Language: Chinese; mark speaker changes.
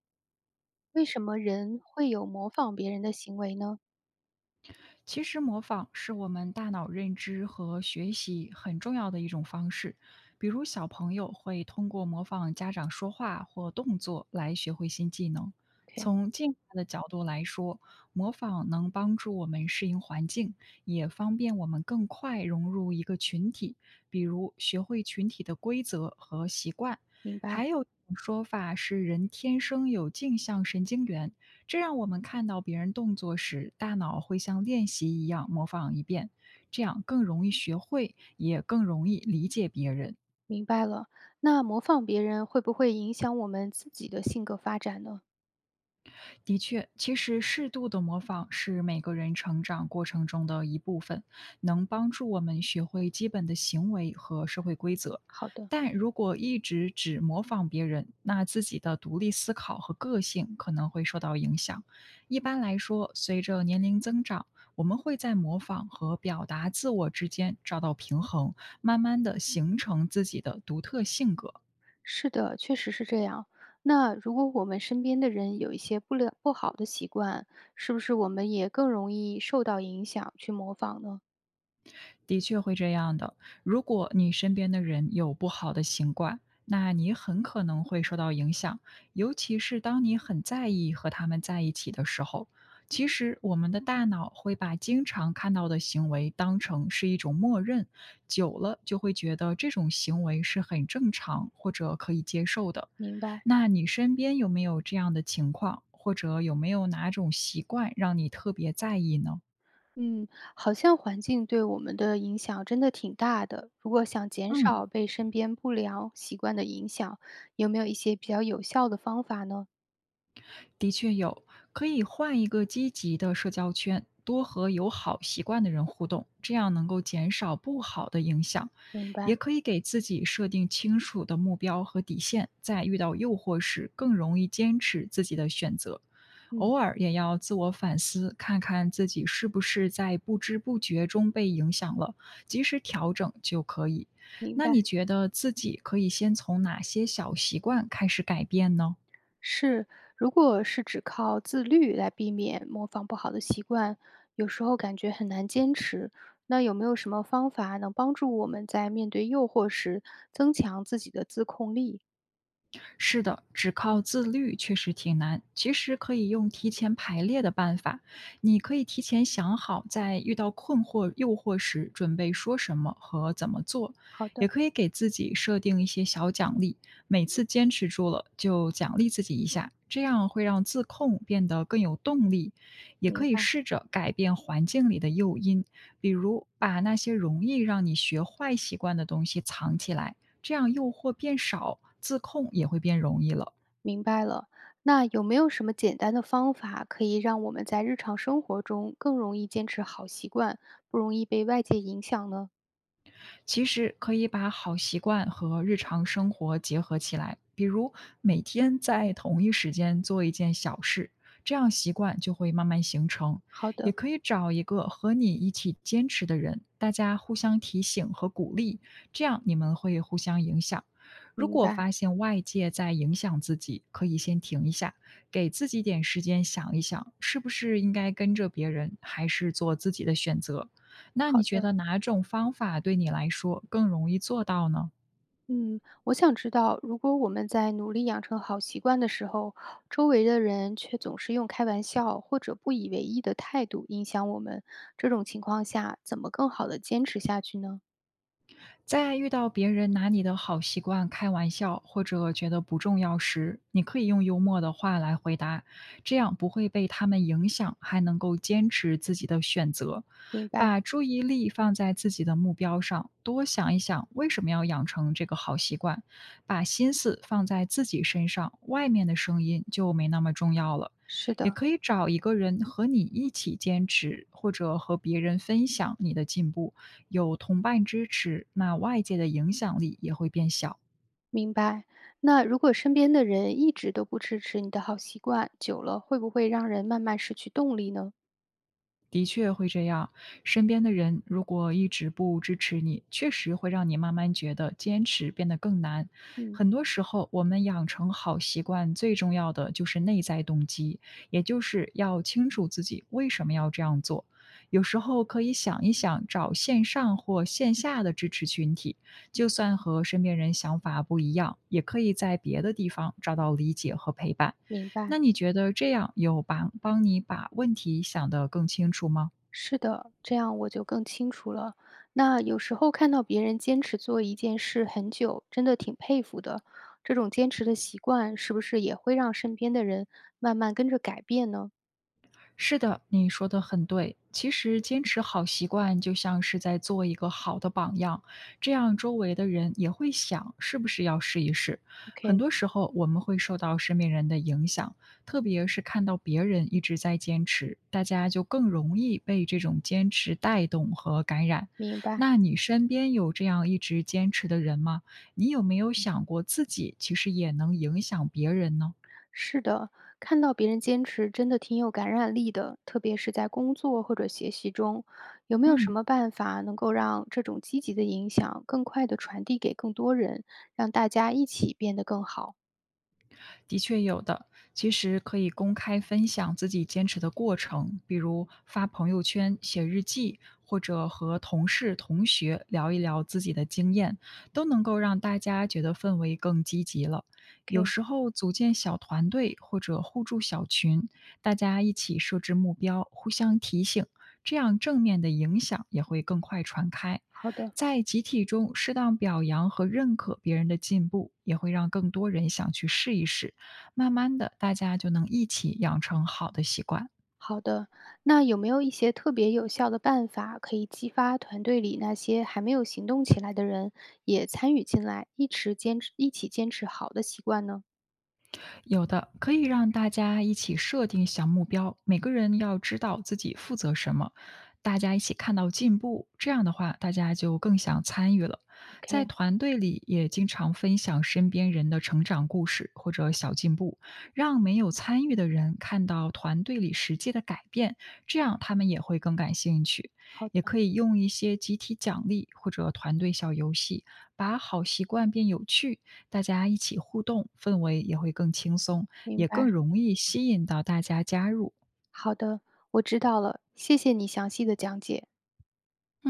Speaker 1: 为什么人会有模仿别人的行为呢
Speaker 2: 其实模仿是我们大脑认知和学习很重要的一种方式，比如小朋友会通过模仿家长说话或动作来学会新技能。
Speaker 1: ？OK，
Speaker 2: 从进化的角度来说，模仿能帮助我们适应环境，也方便我们更快融入一个群体，比如学会群体的规则和习惯。
Speaker 1: 明白，
Speaker 2: 还有一种说法是，人天生有镜像神经元，这让我们看到别人动作时，大脑会像练习一样模仿一遍，这样更容易学会，也更容易理解别人。
Speaker 1: 明白了。那模仿别人会不会影响我们自己的性格发展呢？
Speaker 2: 的确，其实适度的模仿是每个人成长过程中的一部分，能帮助我们学会基本的行为和社会规则。
Speaker 1: 好的，
Speaker 2: 但如果一直只模仿别人，那自己的独立思考和个性可能会受到影响。一般来说，随着年龄增长，我们会在模仿和表达自我之间找到平衡，慢慢的形成自己的独特性格。
Speaker 1: 是的，确实是这样。那如果我们身边的人有一些不良不好的习惯，是不是我们也更容易受到影响去模仿呢？
Speaker 2: 的确会这样的。如果你身边的人有不好的习惯，那你很可能会受到影响，尤其是当你很在意和他们在一起的时候。其实，我们的大脑会把经常看到的行为当成是一种默认，久了就会觉得这种行为是很正常或者可以接受的。
Speaker 1: 明白。
Speaker 2: 那你身边有没有这样的情况，或者有没有哪种习惯让你特别在意呢？
Speaker 1: 嗯，好像环境对我们的影响真的挺大的。如果想减
Speaker 2: 嗯。
Speaker 1: 少被身边不良习惯的影响，有没有一些比较有效的方法呢？
Speaker 2: 的确有，可以换一个积极的社交圈，多和有好习惯的人互动，这样能够减少不好的影响。
Speaker 1: 明白，
Speaker 2: 也可以给自己设定清楚的目标和底线，在遇到诱惑时更容易坚持自己的选择。
Speaker 1: 嗯，
Speaker 2: 偶尔也要自我反思，看看自己是不是在不知不觉中被影响了，及时调整就可以。
Speaker 1: 明
Speaker 2: 那
Speaker 1: 白。
Speaker 2: 你觉得自己可以先从哪些小习惯开始改变呢？
Speaker 1: 是，如果是只靠自律来避免模仿不好的习惯，有时候感觉很难坚持。那有没有什么方法能帮助我们在面对诱惑时增强自己的自控力？
Speaker 2: 是的，只靠自律确实挺难。其实可以用提前排列的办法，你可以提前想好，在遇到困惑、诱惑时，准备说什么和怎么做，
Speaker 1: 好
Speaker 2: 也
Speaker 1: 的，
Speaker 2: 可以给自己设定一些小奖励，每次坚持住了就奖励自己一下，这样会让自控变得更有动力。也可
Speaker 1: 明
Speaker 2: 以
Speaker 1: 白，
Speaker 2: 试着改变环境里的诱因，比如把那些容易让你学坏习惯的东西藏起来。这样诱惑变少，自控也会变容易了。
Speaker 1: 明白了。那有没有什么简单的方法可以让我们在日常生活中更容易坚持好习惯，不容易被外界影响呢？
Speaker 2: 其实可以把好习惯和日常生活结合起来，比如每天在同一时间做一件小事，这样习惯就会慢慢形成。
Speaker 1: 好
Speaker 2: 也
Speaker 1: 的，
Speaker 2: 可以找一个和你一起坚持的人，大家互相提醒和鼓励，这样你们会互相影响。如
Speaker 1: 明
Speaker 2: 果
Speaker 1: 白，
Speaker 2: 发现外界在影响自己，可以先停一下，给自己点时间想一想，是不是应该跟着别人，还是做自己的选择。那你
Speaker 1: 好
Speaker 2: 觉
Speaker 1: 的。
Speaker 2: 得哪种方法对你来说更容易做到呢？
Speaker 1: 嗯，我想知道，如果我们在努力养成好习惯的时候，周围的人却总是用开玩笑或者不以为意的态度影响我们，这种情况下，怎么更好的坚持下去呢？
Speaker 2: 在遇到别人拿你的好习惯开玩笑，或者觉得不重要时，你可以用幽默的话来回答，这样不会被他们影响，还能够坚持自己的选择。
Speaker 1: 明白，
Speaker 2: 把注意力放在自己的目标上，多想一想为什么要养成这个好习惯，把心思放在自己身上，外面的声音就没那么重要了。
Speaker 1: 是
Speaker 2: 也
Speaker 1: 的，
Speaker 2: 可以找一个人和你一起坚持，或者和别人分享你的进步。有同伴支持，那外界的影响力也会变小。
Speaker 1: 明白。那如果身边的人一直都不支持你的好习惯，久了会不会让人慢慢失去动力呢？
Speaker 2: 的确会这样，身边的人如果一直不支持你，确实会让你慢慢觉得坚持变得更难。
Speaker 1: 嗯，
Speaker 2: 很多时候，我们养成好习惯最重要的就是内在动机，也就是要清楚自己为什么要这样做。有时候可以想一想，找线上或线下的支持群体，就算和身边人想法不一样，也可以在别的地方找到理解和陪伴。
Speaker 1: 明
Speaker 2: 那
Speaker 1: 白。
Speaker 2: 你觉得这样有把帮你把问题想得更清楚吗？
Speaker 1: 是的，这样我就更清楚了。那有时候看到别人坚持做一件事很久，真的挺佩服的。这种坚持的习惯，是不是也会让身边的人慢慢跟着改变呢
Speaker 2: 是的，你说的很对。其实坚持好习惯就像是在做一个好的榜样，这样周围的人也会想是不是要试一试。很
Speaker 1: ？OK，
Speaker 2: 多时候我们会受到身边人的影响，特别是看到别人一直在坚持，大家就更容易被这种坚持带动和感染。
Speaker 1: 明白。
Speaker 2: 那你身边有这样一直坚持的人吗？你有没有想过自己其实也能影响别人呢？
Speaker 1: 是的，看到别人坚持，真的挺有感染力的，特别是在工作或者学习中。有没有什
Speaker 2: 嗯，
Speaker 1: 么办法能够让这种积极的影响更快地传递给更多人，让大家一起变得更好
Speaker 2: 的确有的，其实可以公开分享自己坚持的过程，比如发朋友圈、写日记，或者和同事、同学聊一聊自己的经验，都能够让大家觉得氛围更积极了。有
Speaker 1: ？OK，
Speaker 2: 时候组建小团队或者互助小群，大家一起设置目标，互相提醒，这样正面的影响也会更快传开。
Speaker 1: 好的。
Speaker 2: 在集体中适当表扬和认可别人的进步，也会让更多人想去试一试。慢慢的，大家就能一起养成好的习惯。
Speaker 1: 好的，那有没有一些特别有效的办法，可以激发团队里那些还没有行动起来的人也参与进来，一直坚持一起坚持好的习惯呢
Speaker 2: 有的可以让大家一起设定小目标，每个人要知道自己负责什么，大家一起看到进步，这样的话大家就更想参与了。在
Speaker 1: ？OK，
Speaker 2: 团队里也经常分享身边人的成长故事或者小进步，让没有参与的人看到团队里实际的改变，这样他们也会更感兴趣。
Speaker 1: 好
Speaker 2: 也
Speaker 1: 的，
Speaker 2: 可以用一些集体奖励或者团队小游戏，把好习惯变有趣，大家一起互动，氛围也会更轻松，
Speaker 1: 明
Speaker 2: 也
Speaker 1: 白，
Speaker 2: 更容易吸引到大家加入。
Speaker 1: 好的，我知道了，谢谢你详细的讲解。